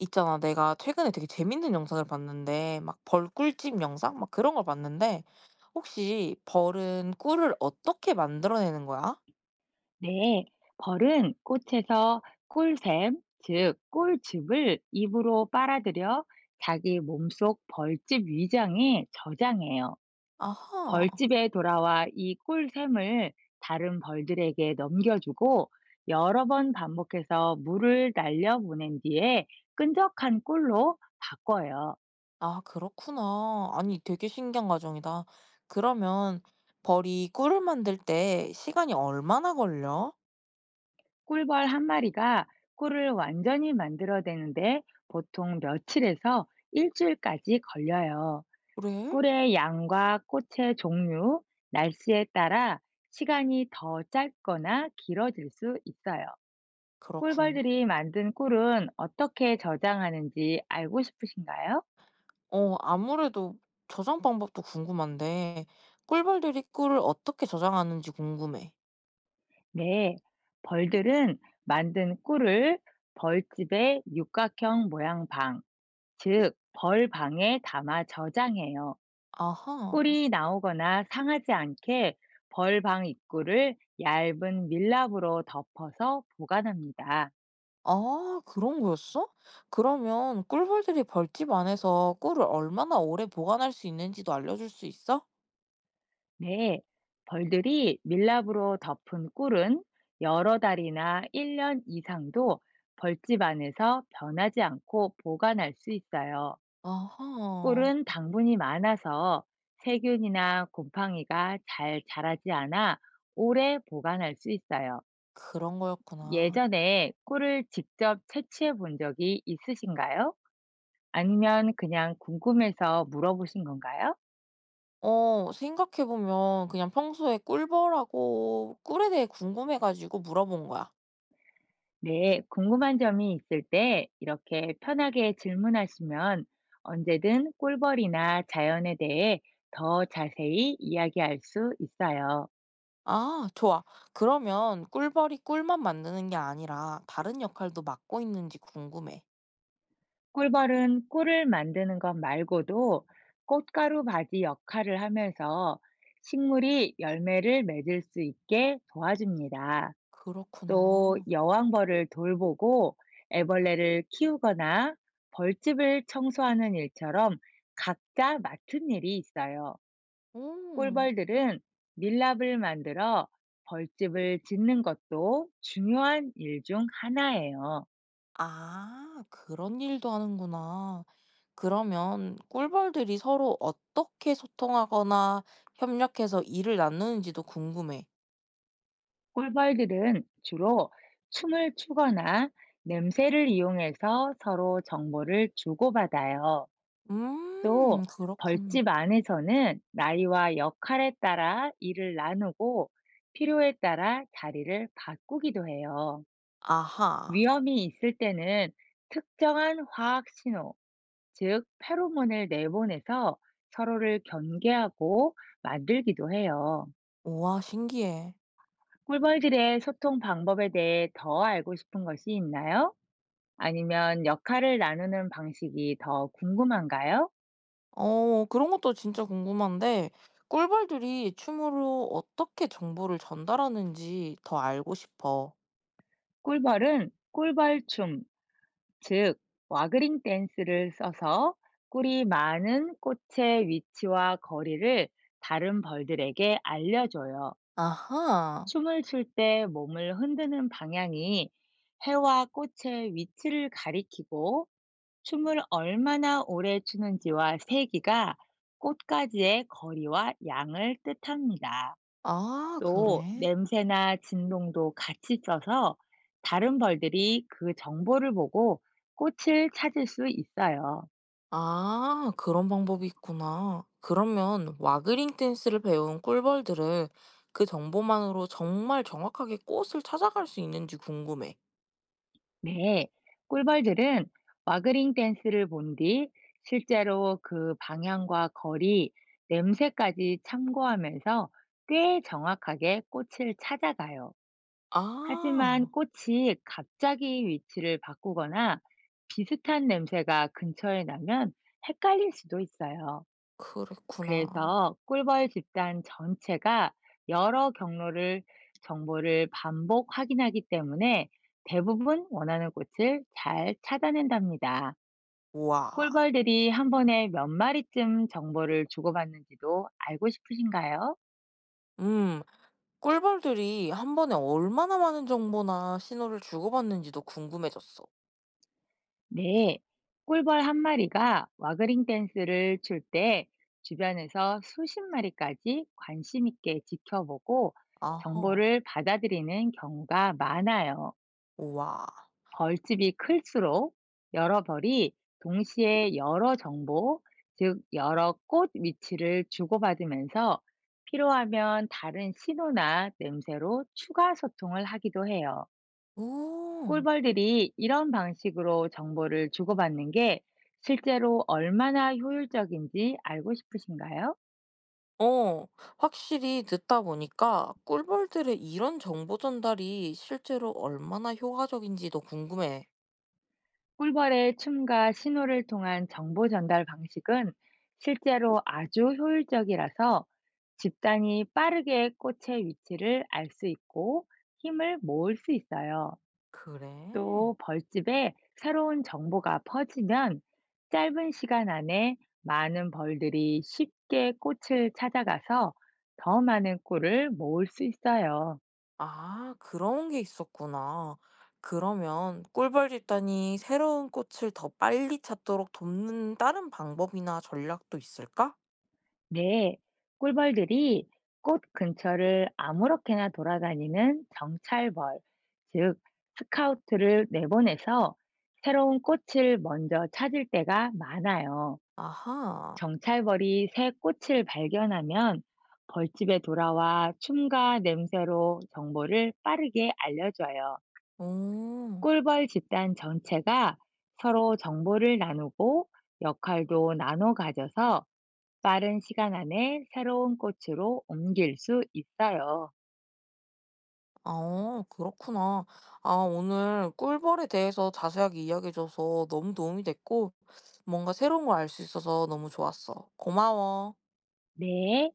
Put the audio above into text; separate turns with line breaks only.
있잖아, 내가 최근에 되게 재밌는 영상을 봤는데, 막 벌 꿀집 영상? 막 그런 걸 봤는데, 혹시 벌은 꿀을 어떻게 만들어내는 거야?
네, 벌은 꽃에서 꿀샘, 즉 꿀즙을 입으로 빨아들여 자기 몸속 벌집 위장에 저장해요.
아하,
벌집에 돌아와 이 꿀샘을 다른 벌들에게 넘겨주고 여러 번 반복해서 물을 날려 보낸 뒤에 끈적한 꿀로 바꿔요.
아, 그렇구나. 아니, 되게 신기한 과정이다. 그러면 벌이 꿀을 만들 때 시간이 얼마나 걸려?
꿀벌 한 마리가 꿀을 완전히 만들어내는데 보통 며칠에서 일주일까지 걸려요.
그래?
꿀의 양과 꽃의 종류, 날씨에 따라 시간이 더 짧거나 길어질 수 있어요.
그렇군.
꿀벌들이 만든 꿀은 어떻게 저장하는지 알고 싶으신가요?
어, 아무래도 저장 방법도 궁금한데, 꿀벌들이 꿀을 어떻게 저장하는지 궁금해.
네. 벌들은 만든 꿀을 벌집의 육각형 모양 방, 즉, 벌방에 담아 저장해요.
아하.
꿀이 나오거나 상하지 않게 벌방 입구를 얇은 밀랍으로 덮어서 보관합니다.
아 그런 거였어? 그러면 꿀벌들이 벌집 안에서 꿀을 얼마나 오래 보관할 수 있는지도 알려줄 수 있어?
네, 벌들이 밀랍으로 덮은 꿀은 여러 달이나 1년 이상도 벌집 안에서 변하지 않고 보관할 수 있어요.
아하,
꿀은 당분이 많아서 세균이나 곰팡이가 잘 자라지 않아 오래 보관할 수 있어요.
그런 거였구나.
예전에 꿀을 직접 채취해 본 적이 있으신가요? 아니면 그냥 궁금해서 물어보신 건가요?
어, 생각해보면 그냥 평소에 꿀벌하고 꿀에 대해 궁금해가지고 물어본 거야.
네, 궁금한 점이 있을 때 이렇게 편하게 질문하시면 언제든 꿀벌이나 자연에 대해 더 자세히 이야기할 수 있어요.
아, 좋아. 그러면 꿀벌이 꿀만 만드는 게 아니라 다른 역할도 맡고 있는지 궁금해.
꿀벌은 꿀을 만드는 것 말고도 꽃가루 바지 역할을 하면서 식물이 열매를 맺을 수 있게 도와줍니다. 또
그렇구나.
여왕벌을 돌보고 애벌레를 키우거나 벌집을 청소하는 일처럼 각자 맡은 일이 있어요.
음.
꿀벌들은 밀랍을 만들어 벌집을 짓는 것도 중요한 일 중 하나예요.
아, 그런 일도 하는구나. 그러면 꿀벌들이 서로 어떻게 소통하거나 협력해서 일을 나누는지도 궁금해.
꿀벌들은 주로 춤을 추거나 냄새를 이용해서 서로 정보를 주고받아요. 또
그렇군.
벌집 안에서는 나이와 역할에 따라 일을 나누고 필요에 따라 자리를 바꾸기도 해요.
아하.
위험이 있을 때는 특정한 화학 신호, 즉 페로몬을 내보내서 서로를 경계하고 만들기도 해요.
우와, 신기해.
꿀벌들의 소통 방법에 대해 더 알고 싶은 것이 있나요? 아니면 역할을 나누는 방식이 더 궁금한가요?
어, 그런 것도 진짜 궁금한데, 꿀벌들이 춤으로 어떻게 정보를 전달하는지 더 알고 싶어.
꿀벌은 꿀벌춤, 즉 와그링 댄스를 써서 꿀이 많은 꽃의 위치와 거리를 다른 벌들에게 알려줘요.
아하.
춤을 출 때 몸을 흔드는 방향이 해와 꽃의 위치를 가리키고, 춤을 얼마나 오래 추는지와 세기가 꽃가지의 거리와 양을 뜻합니다.
아,
또
그래.
냄새나 진동도 같이 써서 다른 벌들이 그 정보를 보고 꽃을 찾을 수 있어요.
아, 그런 방법이 있구나. 그러면 와그링 댄스를 배운 꿀벌들은 그 정보만으로 정말 정확하게 꽃을 찾아갈 수 있는지 궁금해.
네, 꿀벌들은 와그링 댄스를 본 뒤 실제로 그 방향과 거리, 냄새까지 참고하면서 꽤 정확하게 꽃을 찾아가요. 하지만
아,
꽃이 갑자기 위치를 바꾸거나 비슷한 냄새가 근처에 나면 헷갈릴 수도 있어요.
그랬구나.
그래서 꿀벌 집단 전체가 여러 경로를, 정보를 반복 확인하기 때문에 대부분 원하는 꽃을 잘 찾아낸답니다.
와.
꿀벌들이 한 번에 몇 마리쯤 정보를 주고받는지도 알고 싶으신가요?
음, 꿀벌들이 한 번에 얼마나 많은 정보나 신호를 주고받는지도 궁금해졌어.
네. 꿀벌 한 마리가 와그링 댄스를 출 때 주변에서 수십 마리까지 관심 있게 지켜보고
아하,
정보를 받아들이는 경우가 많아요.
와
벌집이 클수록 여러 벌이 동시에 여러 정보, 즉 여러 꽃 위치를 주고받으면서, 필요하면 다른 신호나 냄새로 추가 소통을 하기도 해요.
오.
꿀벌들이 이런 방식으로 정보를 주고받는 게 실제로 얼마나 효율적인지 알고 싶으신가요?
어, 확실히 듣다 보니까 꿀벌들의 이런 정보 전달이 실제로 얼마나 효과적인지도 궁금해.
꿀벌의 춤과 신호를 통한 정보 전달 방식은 실제로 아주 효율적이라서 집단이 빠르게 꽃의 위치를 알 수 있고 힘을 모을 수 있어요.
그래?
또 벌집에 새로운 정보가 퍼지면 짧은 시간 안에 많은 벌들이 쉽게 꽃을 찾아가서 더 많은 꿀을 모을 수 있어요.
아, 그런 게 있었구나. 그러면 꿀벌 집단이 새로운 꽃을 더 빨리 찾도록 돕는 다른 방법이나 전략도 있을까?
네, 꿀벌들이 꽃 근처를 아무렇게나 돌아다니는 정찰벌, 즉 스카우트를 내보내서 새로운 꽃을 먼저 찾을 때가 많아요.
아하,
정찰벌이 새 꽃을 발견하면 벌집에 돌아와 춤과 냄새로 정보를 빠르게 알려줘요.
오.
꿀벌 집단 전체가 서로 정보를 나누고 역할도 나눠 가져서 빠른 시간 안에 새로운 꽃으로 옮길 수 있어요.
아 그렇구나. 아 오늘 꿀벌에 대해서 자세하게 이야기해 줘서 너무 도움이 됐고 뭔가 새로운 걸 알 수 있어서 너무 좋았어. 고마워.
네.